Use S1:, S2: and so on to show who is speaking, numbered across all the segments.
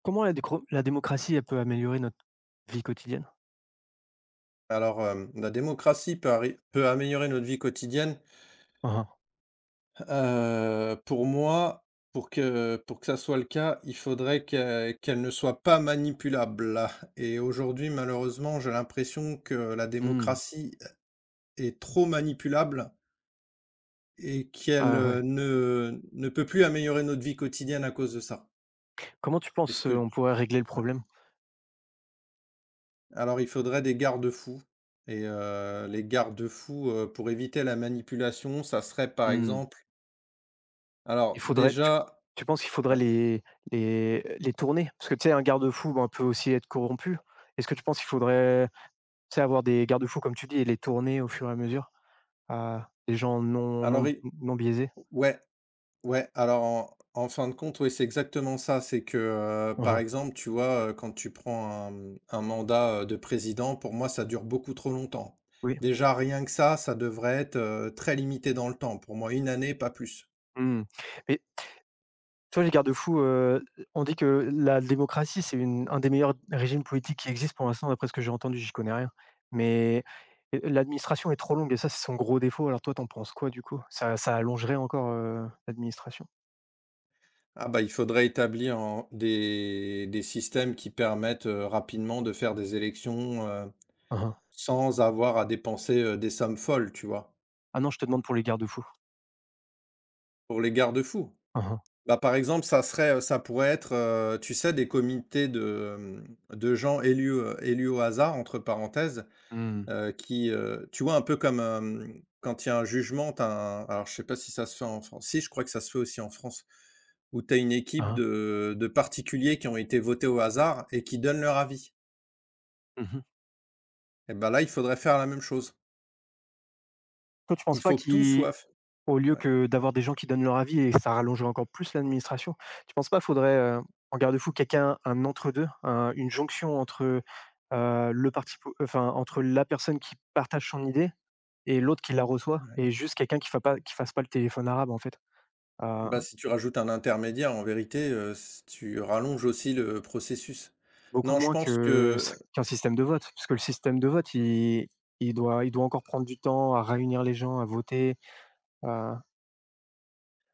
S1: Comment la démocratie, elle peut améliorer notre vie quotidienne?
S2: La démocratie peut améliorer notre vie quotidienne.
S1: Hein,
S2: Pour moi, pour que ça soit le cas, il faudrait que qu'elle ne soit pas manipulable et aujourd'hui, malheureusement, j'ai l'impression que la
S1: hein. Mmh.
S2: démocratie est trop manipulable et qu'elle,
S1: Ah ouais.
S2: ne peut plus améliorer notre vie quotidienne à cause de ça.
S1: Comment tu
S2: Est-ce
S1: penses,
S2: que
S1: on pourrait régler le
S2: ouais.
S1: problème?
S2: Alors il faudrait des garde-fous et les garde-fous, pour éviter la manipulation, ça serait par
S1: Mmh.
S2: exemple. Alors
S1: Il faudrait tu
S2: déjà
S1: tu penses qu'il faudrait
S2: ouais,
S1: les tourner? Parce que tu sais, un garde-fou, ben, peut aussi être corrompu. Est-ce que tu penses qu'il faudrait, tu sais, avoir des garde-fous comme tu dis et les tourner au fur et à mesure à des gens non
S2: alors
S1: non
S2: i
S1: non biaisés?
S2: Ouais, ouais, alors en fin de compte, oui, c'est exactement ça. C'est que,
S1: Ah
S2: par
S1: hein.
S2: exemple, tu vois, quand tu prends un, un mandat, de président, pour moi, ça dure beaucoup trop longtemps.
S1: Oui.
S2: Déjà rien que ça devrait être, très limité dans le temps. Pour moi, une année, pas plus.
S1: Mmh. Mais tu vois les garde-fous, on dit que la démocratie, c'est une un des meilleurs régimes politiques qui existent pour l'instant d'après ce que j'ai entendu, j'y connais rien. Mais et l'administration est trop longue et ça, c'est son gros défaut. Alors toi, tu en penses quoi du coup? Ça allongerait encore, l'administration?
S2: Ah bah, il faudrait établir en des systèmes qui permettent, rapidement de faire des élections, heu,
S1: Hein, hein.
S2: sans avoir à dépenser, des sommes folles, tu vois?
S1: Ah non, je te demande pour les garde-fous.
S2: Pour les garde-fous.
S1: Hein, hein.
S2: Bah, par exemple, ça serait, ça pourrait être, tu sais, des comités de gens élus, élus au hasard entre parenthèses,
S1: Mmh.
S2: qui, tu vois, un peu comme, quand il y a un jugement, t'as un alors je sais pas si ça se fait en France. Si, je crois que ça se fait aussi en France, où tu as une
S1: Hein,
S2: équipe
S1: hein.
S2: de particuliers qui ont été votés au hasard et qui donnent leur avis.
S1: Mmh.
S2: Et bah, là, il faudrait faire la même chose.
S1: Toi, tu
S2: Il
S1: penses pas
S2: faut que tout
S1: qu'ils...
S2: soit f
S1: Au lieu
S2: Ouais,
S1: que d'avoir des gens qui donnent leur avis et ça rallongerait encore plus l'administration. Tu penses pas faudrait, en garde-fou quelqu'un un entre-deux, un une jonction entre, le parti po enfin entre la personne qui partage son idée et l'autre qui la reçoit
S2: ouais.
S1: et juste quelqu'un qui fasse pas le téléphone arabe en fait? Heu,
S2: Bah, si tu rajoutes un intermédiaire, en vérité, s tu rallonges aussi le processus.
S1: Beaucoup
S2: Non, je
S1: moins
S2: pense
S1: que
S2: que,
S1: qu'un système de vote, parce que le système de vote il doit encore prendre du temps à réunir les gens, à voter, à...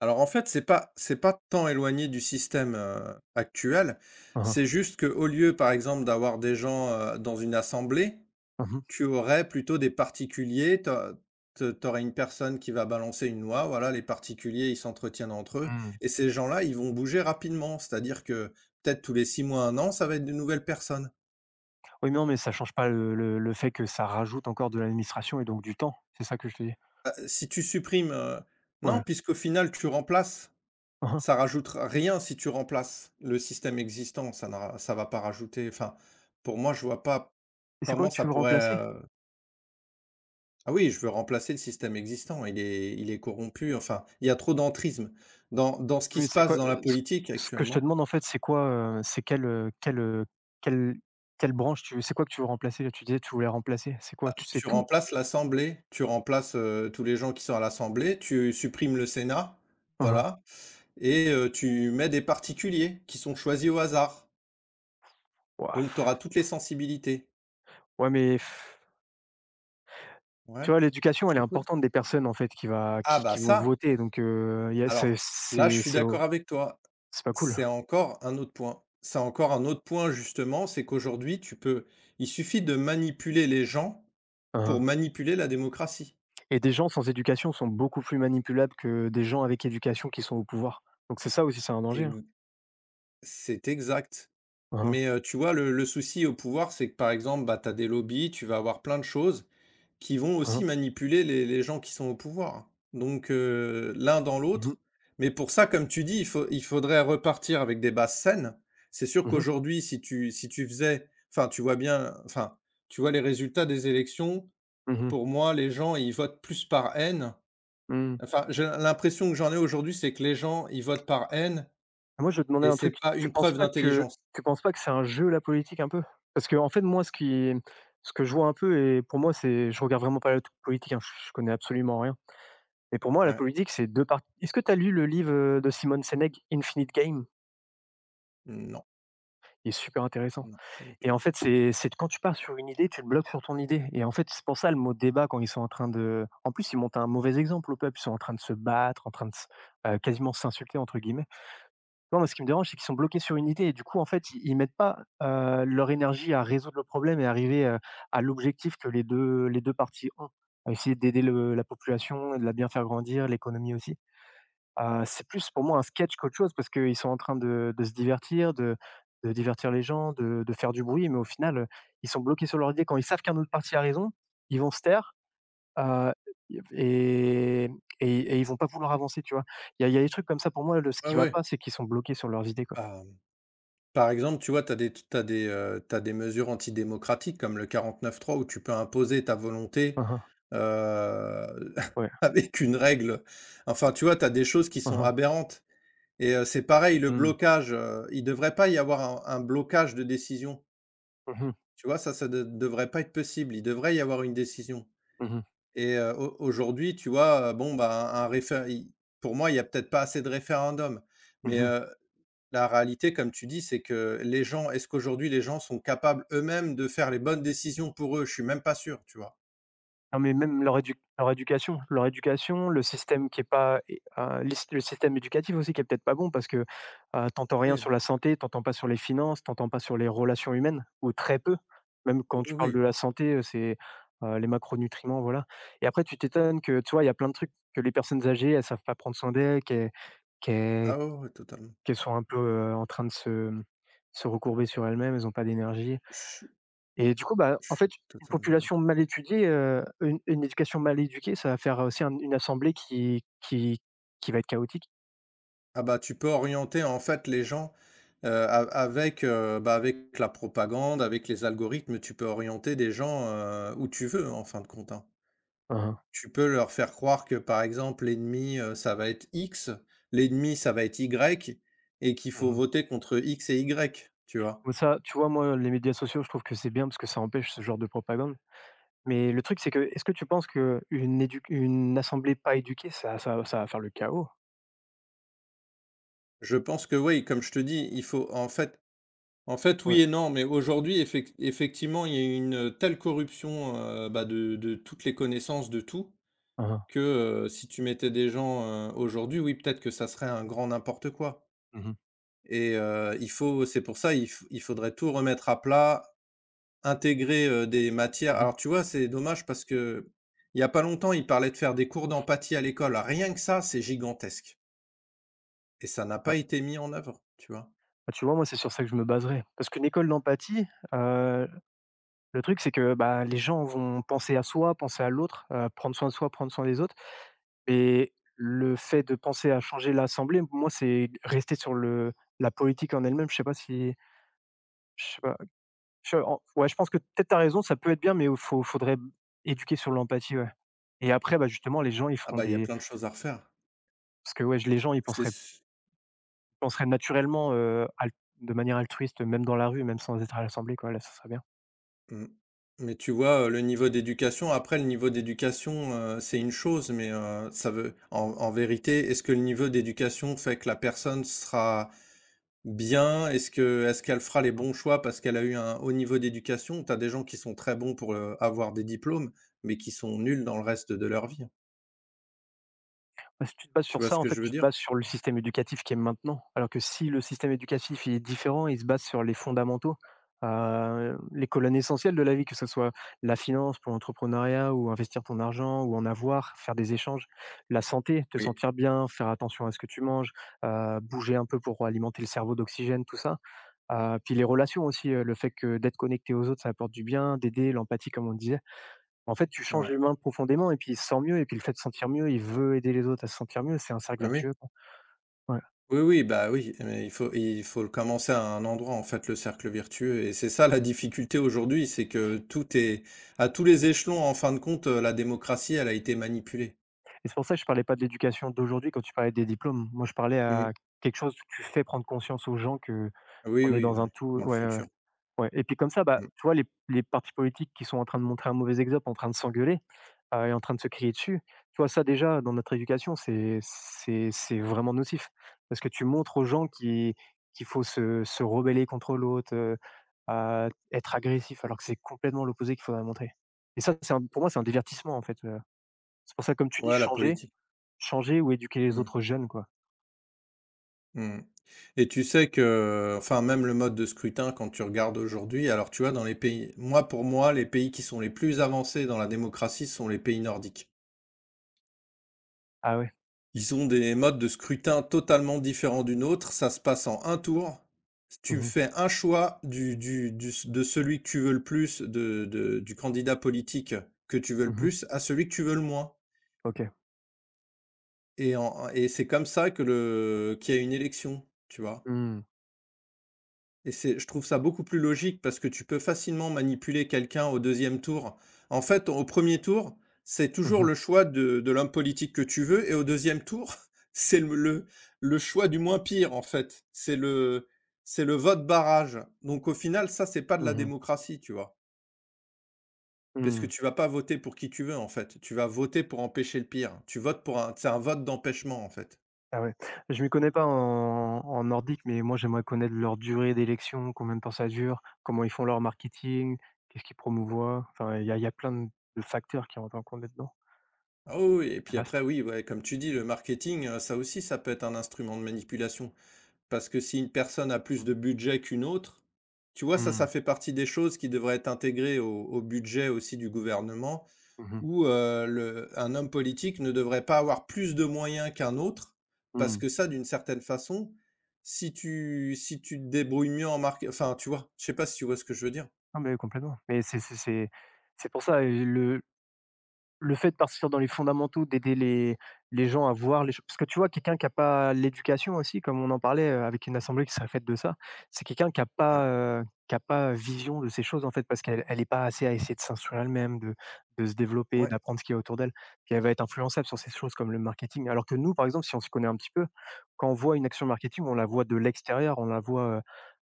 S2: alors en fait, c'est pas tant éloigné du système, actuel.
S1: Mmh
S2: C'est
S1: mh.
S2: juste que au lieu, par exemple, d'avoir des gens, dans une assemblée,
S1: Mmh.
S2: tu aurais plutôt des particuliers. Tu te tu une personne qui va balancer une loi, voilà, les particuliers, ils s'entretiennent entre eux
S1: Mmh.
S2: et ces gens-là, ils vont bouger rapidement. C'est-à-dire que peut-être tous les 6 mois, un an, ça va être de nouvelles personnes.
S1: Oui, non, mais ça change pas le fait que ça rajoute encore de l'administration et donc du temps. C'est ça que je te dis.
S2: Bah, si tu supprimes, Non,
S1: Ouais.
S2: puisqu'au final, tu remplaces.
S1: Mmh.
S2: Ça rajoute rien si tu remplaces le système existant, ça va pas rajouter. Pour moi, je vois pas
S1: Et c'est quoi
S2: comment
S1: que
S2: ça
S1: tu veux
S2: pourrait,
S1: remplacer?
S2: ah oui, je veux remplacer le système existant, il est corrompu, enfin, il y a trop d'entrisme. Dans ce qui
S1: Oui,
S2: se
S1: c'est
S2: passe
S1: quoi,
S2: dans la
S1: ce
S2: politique
S1: ce que je te
S2: actuellement,
S1: demande, en fait, c'est quoi, c'est quelle quelle branche tu c'est quoi que tu veux remplacer, là? Tu disais que tu voulais remplacer. C'est quoi? Tu sais
S2: tu
S1: tout?
S2: remplaces l'Assemblée, tu remplaces, tous les gens qui sont à l'Assemblée, tu supprimes le Sénat,
S1: Mmh mh.
S2: voilà. Et tu mets des particuliers qui sont choisis au hasard,
S1: Ouah,
S2: donc tu
S1: pff.
S2: auras toutes les sensibilités.
S1: Ouais, mais pff, tu
S2: Ouais,
S1: vois, l'éducation,
S2: je
S1: elle est
S2: t'écoute.
S1: importante des personnes, en fait, qui va
S2: Ah bah
S1: qui vont
S2: ça
S1: voter donc, y a
S2: Alors, là, je suis
S1: c'est au
S2: d'accord avec toi.
S1: c'est pas cool.
S2: C'est encore un autre point. C'est encore un autre point, justement, c'est qu'aujourd'hui, tu peux il suffit de manipuler les gens pour
S1: Mmh.
S2: manipuler la démocratie.
S1: Et des gens sans éducation sont beaucoup plus manipulables que des gens avec éducation qui sont au pouvoir. Donc c'est ça aussi, c'est un danger, hein.
S2: Ex C'est exact.
S1: Hein
S2: Mais, tu vois, le souci au pouvoir, c'est que, par exemple, bah, tu as des lobbies, tu vas avoir plein de choses qui
S1: hein,
S2: vont
S1: hein
S2: aussi
S1: hein.
S2: manipuler les gens qui sont au pouvoir. Donc, l'un dans
S1: Mmh mh.
S2: l'autre. Mais pour ça, comme tu dis, il faudrait repartir avec des bases saines. C'est sûr qu'aujourd'hui, si tu faisais enfin, tu vois bien. Enfin, tu vois les résultats des élections,
S1: Mmh.
S2: pour moi, les gens, ils votent plus par haine.
S1: Mmh.
S2: Enfin, j'ai l'impression que j'en ai aujourd'hui, c'est que les gens, ils votent par haine
S1: Moi, je demandais
S2: et
S1: un
S2: c'est
S1: truc.
S2: pas
S1: Tu
S2: une
S1: penses
S2: preuve
S1: pas que
S2: d'intelligence.
S1: tu penses pas que c'est un jeu la politique un peu? Parce que en fait, moi, ce que je vois un peu et pour moi, c'est je regarde vraiment pas la t politique, hein, je connais absolument rien. Mais pour moi, la
S2: Ouais.
S1: politique, c'est 2 parties. Est-ce que tu as lu le livre, de Simone Sénègue, Infinite Game?
S2: Non,
S1: Il est super intéressant.
S2: non, pas du
S1: Et
S2: tout.
S1: en fait, c'est quand tu pars sur une idée, tu te bloques sur ton idée et en fait, c'est pour ça le mot débat quand ils sont en train de en plus, ils montent un mauvais exemple au peuple. Ils sont en train de se battre, en train de s quasiment «s'insulter» entre guillemets. Non, moi, ce qui me dérange, c'est qu'ils sont bloqués sur une idée et du coup, en fait, ils mettent pas, leur énergie à résoudre le problème et arriver, à l'objectif que les deux parties ont. À essayer d'aider le la population, de la bien faire grandir, l'économie aussi. C'est plus pour moi un sketch qu'autre chose parce qu'ils sont en train de se divertir, de divertir les gens, de faire du bruit, mais au final, ils sont bloqués sur leur idée. Quand ils savent qu'un autre parti a raison, ils vont se taire, heu, et et ils vont pas vouloir avancer, tu vois? Il y a des trucs comme ça pour moi, le ce
S2: Ouais,
S1: qui va
S2: ouais.
S1: pas, c'est qu'ils sont bloqués sur leurs idées, quoi.
S2: Bah Par exemple, tu vois, tu as des t'as des, tu des mesures antidémocratiques comme le quarante-neuf trois où tu peux imposer ta volonté,
S1: Mmh.
S2: heu,
S1: Ouais.
S2: avec une règle. Enfin, tu vois, tu as des choses qui
S1: Mmh
S2: sont
S1: mh.
S2: aberrantes et c'est pareil le
S1: Mmh.
S2: blocage, il devrait pas y avoir un blocage de décision.
S1: Mmh mh.
S2: Tu vois, ça de devrait pas être possible. Il devrait y avoir une décision
S1: Mmh.
S2: et au aujourd'hui, tu vois, bon, bah, un réfé i pour moi, il y a peut-être pas assez de référendums, mais
S1: Mmh.
S2: heu la réalité, comme tu dis, c'est que les gens, est-ce qu'aujourd'hui les gens sont capables eux-mêmes de faire les bonnes décisions pour eux? Je suis même pas sûr, tu vois?
S1: Non, mais même leur éducation, le système qui est pas é les le système éducatif aussi qui est peut-être pas bon parce que, tu rien
S2: Oui,
S1: sur la santé, t'entends pas sur les finances, t'entends pas sur les relations humaines ou très peu. Même
S2: oui,
S1: quand tu parles de
S2: oui.
S1: la santé, c'est, les macronutriments, voilà. Et après tu t'étonnes que, tu vois, il y a plein de trucs que les personnes âgées, elles savent pas prendre soin d'elles, qu'elles
S2: Ah ouais, ouais, totalement.
S1: qu'elles sont un peu, en train de se recourber sur elles-mêmes, elles ont pas d'énergie.
S2: Je suis
S1: Et du coup, bah,
S2: je
S1: en fait,
S2: suis
S1: une
S2: totalement
S1: population
S2: d'accord.
S1: mal étudiée, une éducation mal éduquée, ça va faire aussi un une assemblée qui va être chaotique.
S2: Ah bah, tu peux orienter en fait les gens, a avec, bah, avec la propagande, avec les algorithmes, tu peux orienter des gens, où tu veux, en fin de compte, hein.
S1: Hein,
S2: Tu peux leur faire croire que, par exemple, l'ennemi, ça va être X, l'ennemi, ça va être Y et qu'il
S1: hein.
S2: faut
S1: Mmh.
S2: voter contre X et Y, tu vois?
S1: Bon ça, tu vois, moi, les médias sociaux, je trouve que c'est bien parce que ça empêche ce genre de propagande. Mais le truc, c'est que est-ce que tu penses que une assemblée pas éduquée, ça va faire le chaos?
S2: Je pense que oui, comme je te dis, il faut en fait,
S1: Ouais.
S2: oui et non, mais aujourd'hui, effectivement, il y a une telle corruption, bah, de toutes les connaissances, de tout,
S1: Hein, hein.
S2: que si tu mettais des gens, aujourd'hui, oui, peut-être que ça serait un grand n'importe quoi.
S1: Mmh.
S2: Et il faut, c'est pour ça, il faudrait tout remettre à plat, intégrer des matières.
S1: Mmh.
S2: Alors, tu vois, c'est dommage parce que il y a pas longtemps, il parlait de faire des cours d'empathie à l'école. Rien que ça, c'est gigantesque. Et ça n'a
S1: Ouais.
S2: pas été mis en œuvre, tu vois.
S1: Bah, tu vois, moi, c'est sur ça que je me baserais. Parce qu'une école d'empathie, heu, le truc, c'est que, bah, les gens vont penser à soi, penser à l'autre, prendre soin de soi, prendre soin des autres. Et le fait de penser à changer l'assemblée, moi, c'est rester sur le la politique en elle-même. Je sais pas, je en ouais, je pense que peut-être t'as raison, ça peut être bien, mais il faut faudrait éduquer sur l'empathie, ouais. Et après, bah, justement, les gens, ils
S2: Ah
S1: feront
S2: bah, il y a
S1: des
S2: plein de choses à refaire.
S1: parce que, ouais, les gens, ils
S2: C'est
S1: penseraient
S2: s
S1: penseraient naturellement, al de manière altruiste, même dans la rue, même sans être à l'assemblée, quoi. Là, ça serait bien.
S2: Mmh. Mais tu vois, le niveau d'éducation, c'est une chose, mais, ça veut en en vérité, est-ce que le niveau d'éducation fait que la personne sera bien? Est-ce qu'elle fera les bons choix parce qu'elle a eu un haut niveau d'éducation? T'as des gens qui sont très bons pour, avoir des diplômes, mais qui sont nuls dans le reste de leur vie.
S1: Bah, si tu te bases
S2: Tu
S1: sur
S2: vois
S1: ça,
S2: ce
S1: en
S2: que
S1: fait,
S2: je veux
S1: tu te
S2: dire?
S1: bases sur le système éducatif qui est maintenant. Alors que si le système éducatif il est différent, il se base sur les fondamentaux, les colonnes essentielles de la vie, que ce soit la finance pour l'entrepreneuriat ou investir ton argent ou en avoir, faire des échanges, la santé, te
S2: Oui,
S1: sentir bien, faire attention à ce que tu manges, bouger un peu pour alimenter le cerveau d'oxygène, tout ça. Puis les relations aussi, le fait que d'être connecté aux autres, ça apporte du bien, d'aider, l'empathie comme on disait. En fait, tu changes
S2: ouais.
S1: l'humain profondément et puis il se sent mieux et puis le fait de se sentir mieux, il veut aider les autres à se sentir mieux, c'est un cercle
S2: Ah oui.
S1: vertueux, quoi. Ouais.
S2: Oui, oui, bah oui, mais il faut le commencer à un endroit, en fait, le cercle vertueux. Et c'est ça la difficulté aujourd'hui, c'est que tout est à tous les échelons, en fin de compte, la démocratie, elle a été manipulée.
S1: Et c'est pour ça que je parlais pas de l'éducation d'aujourd'hui quand tu parlais des diplômes. Moi, je parlais
S2: Mmh.
S1: à quelque chose où tu fais prendre conscience aux gens que
S2: Oui,
S1: qu'on est
S2: oui,
S1: dans un
S2: ouais,
S1: tout,
S2: dans le
S1: ouais, ouais, ouais.
S2: futur.
S1: Ouais et puis comme ça, bah,
S2: Mmh.
S1: tu vois les partis politiques qui sont en train de montrer un mauvais exemple, en train de s'engueuler, et en train de se crier dessus, tu vois ça déjà dans notre éducation, c'est vraiment nocif. Parce que tu montres aux gens qui qu'il faut se rebeller contre l'autre, à être agressif alors que c'est complètement l'opposé qu'il faudrait montrer et ça, c'est un pour moi, c'est un divertissement en fait, c'est pour ça comme tu dis
S2: Ouais, la
S1: changer
S2: politique.
S1: changer ou éduquer les
S2: Mmh.
S1: autres jeunes, quoi.
S2: Mmh. Et tu sais que, enfin, même le mode de scrutin, quand tu regardes aujourd'hui, alors tu vois, dans les pays, moi, pour moi, les pays qui sont les plus avancés dans la démocratie, ce sont les pays nordiques.
S1: Ah ouais.
S2: Ils ont des modes de scrutin totalement différents d'une autre, ça se passe en un tour. Tu
S1: Mmh.
S2: fais un choix de celui que tu veux le plus, du candidat politique que tu veux le
S1: Mmh.
S2: plus, à celui que tu veux le moins.
S1: OK.
S2: Et c'est comme ça que qu'il y a une élection, tu vois.
S1: Mmh.
S2: Et c'est je trouve ça beaucoup plus logique parce que tu peux facilement manipuler quelqu'un au deuxième tour. En fait, au premier tour, c'est
S1: Mmh
S2: toujours
S1: mh.
S2: le choix de l'homme politique que tu veux et au deuxième tour, c'est le choix du moins pire, en fait. C'est le vote barrage. Donc au final, ça, c'est pas de la
S1: Mmh.
S2: démocratie, tu vois? Parce que
S1: Mmh.
S2: tu vas pas voter pour qui tu veux, en fait. Tu vas voter pour empêcher le pire. Tu votes pour un C'est un vote d'empêchement, en fait.
S1: Ah ouais. Je m'y connais pas en nordique, mais moi, j'aimerais connaître leur durée d'élection, combien de temps ça dure, comment ils font leur marketing, qu'est-ce qu'ils promouvoient? Enfin, il y a plein de facteurs qui rentrent en compte là-dedans.
S2: Ah oui, oui et
S1: C'est
S2: puis
S1: vaste.
S2: après, oui, ouais, comme tu dis, le marketing, ça aussi, ça peut être un instrument de manipulation. Parce que si une personne a plus de budget qu'une autre, tu vois? Ça,
S1: Mmh.
S2: ça fait partie des choses qui devraient être intégrées au budget aussi du gouvernement
S1: Mmh mh.
S2: où, le un homme politique ne devrait pas avoir plus de moyens qu'un autre parce
S1: Mmh.
S2: que ça, d'une certaine façon, si tu te débrouilles mieux en marque enfin, tu vois? Je sais pas si tu vois ce que je veux dire?
S1: Mais complètement. Mais c'est pour ça et le fait de partir dans les fondamentaux, d'aider les gens à voir les choses, parce que tu vois quelqu'un qui a pas l'éducation aussi comme on en parlait, avec une assemblée qui serait faite de ça, c'est quelqu'un qui a
S2: Ouais,
S1: pas, heu, qui a pas vision de ces choses en fait parce qu'elle est pas assez à essayer de s'instruire elle-même, de se développer,
S2: ouais,
S1: d'apprendre ce qu'il y a autour d'elle. Puis elle va être influençable sur ces choses comme le marketing. Alors que nous, par exemple, si on s'y connaît un petit peu, quand on voit une action marketing, on la voit de l'extérieur, on la voit,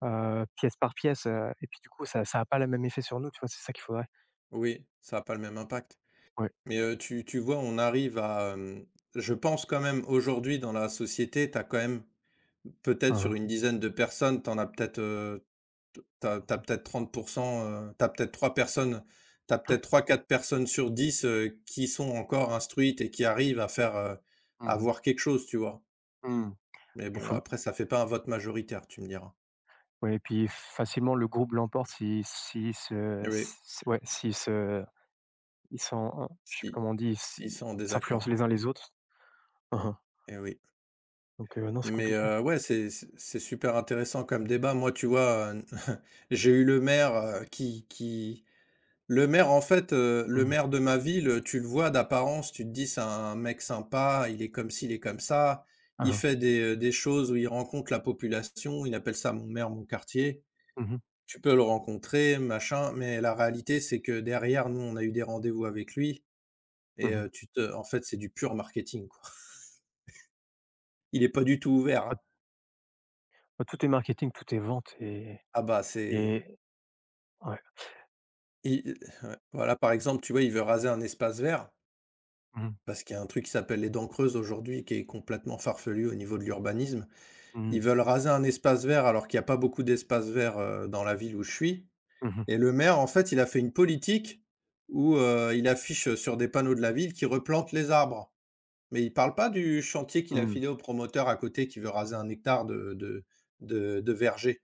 S1: pièce par pièce, et puis du coup ça a pas le même effet sur nous, tu vois? C'est ça qu'il faudrait.
S2: oui, ça a pas le même impact.
S1: Ouais.
S2: Mais, tu vois, on arrive à, hem je pense quand même aujourd'hui dans la société, tu as quand même peut-être
S1: Hein,
S2: sur
S1: hein.
S2: une dizaine de personnes, t'en as peut-être, t tu as peut-être 30, tu t'as peut-être trois personnes, t'as peut-être trois quatre personnes sur dix, qui sont encore instruites et qui arrivent à faire, à
S1: Mmh.
S2: voir quelque chose, tu vois?
S1: Mmh.
S2: Mais
S1: Il
S2: bon,
S1: faudrait...
S2: après ça fait pas un vote majoritaire, tu me diras.
S1: Ouais et puis facilement le groupe l'emporte si se
S2: Eh oui,
S1: s ouais, si se ils sont je sais plus
S2: si,
S1: comment on dit?
S2: s'ils sont en
S1: S'influencent
S2: désaccord,
S1: les uns les autres. Mmh.
S2: eh oui.
S1: Donc, non, c'est
S2: Mais
S1: compliqué.
S2: ouais, c'est super intéressant comme débat. Moi, tu vois, j'ai eu le maire, qui le maire, en fait, le
S1: Mmh.
S2: maire de ma ville, tu le vois d'apparence, tu te dis: «C'est un mec sympa, il est comme ci, il est comme ça».
S1: Mmh
S2: Il
S1: mh.
S2: fait des choses où il rencontre la population, il appelle ça «mon maire, mon quartier».
S1: Mmh mh.
S2: Tu peux le rencontrer, machin, mais la réalité, c'est que derrière, nous, on a eu des rendez-vous avec lui et
S1: Mmh.
S2: tu te en fait, c'est du pur marketing, quoi. Il est pas du tout ouvert, hein.
S1: Bah, tout est marketing, tout est vente et
S2: Ah bah, c'est
S1: et ouais.
S2: il Ouais, voilà, par exemple, tu vois, il veut raser un espace vert
S1: Mmh.
S2: parce qu'il y a un truc qui s'appelle les dents creuses aujourd'hui, qui est complètement farfelu au niveau de l'urbanisme.
S1: Mmh
S2: Ils veulent
S1: mh.
S2: raser un espace vert alors qu'il y a pas beaucoup d'espace vert, dans la ville où je suis
S1: Mmh.
S2: et le maire, en fait, il a fait une politique où, il affiche, sur des panneaux de la ville qu'il replante les arbres. Mais il parle pas du chantier qu'il a
S1: Mmh.
S2: filé au promoteur à côté qui veut raser un hectare de verger.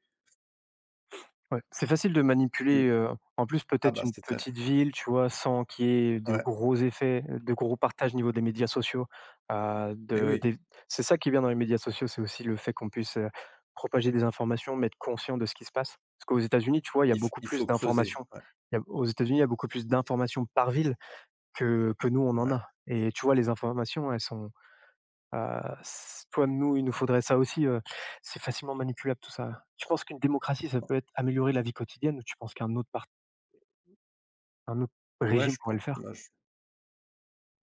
S1: Ouais, c'est facile de manipuler,
S2: Tu
S1: en plus
S2: ah
S1: peut-être
S2: bah,
S1: une
S2: c'est très f
S1: petite ville, tu vois? Sans qu'il y ait de
S2: Ouais,
S1: gros effets, de gros partages au niveau des médias sociaux.
S2: et
S1: De
S2: oui,
S1: des C'est ça qui est bien dans les médias sociaux, c'est aussi le fait qu'on puisse, propager des informations, mais être conscient de ce qui se passe. Parce qu'aux États-Unis, tu vois, il y a beaucoup
S2: il
S1: plus
S2: faut creuser,
S1: d'informations.
S2: ouais,
S1: Il y a Aux États-Unis, il y a beaucoup plus d'informations par ville que nous, on en
S2: ouais,
S1: a et tu vois, les informations, elles sont... Nous, il nous faudrait ça aussi, c'est facilement manipulable tout ça. Tu penses qu'une démocratie, ça peut être améliorer la vie quotidienne ou tu penses qu'un autre
S2: ouais, ouais,
S1: régime
S2: je
S1: pourrait le
S2: pen
S1: faire?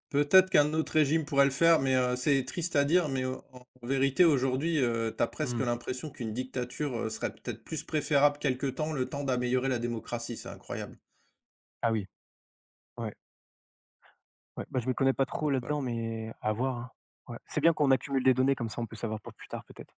S2: peut-être qu'un autre régime pourrait le faire, mais c'est triste à dire, mais en vérité, aujourd'hui, tu presque
S1: Mmh.
S2: l'impression qu'une dictature, serait peut-être plus préférable quelque temps, le temps d'améliorer la démocratie, c'est incroyable.
S1: Ah oui. Ouais, ouais, bah, je m'y connais pas trop
S2: Donc voilà.
S1: là-dedans, mais à voir, hein. Ouais, c'est bien qu'on accumule des données comme ça on peut savoir pour plus tard peut-être.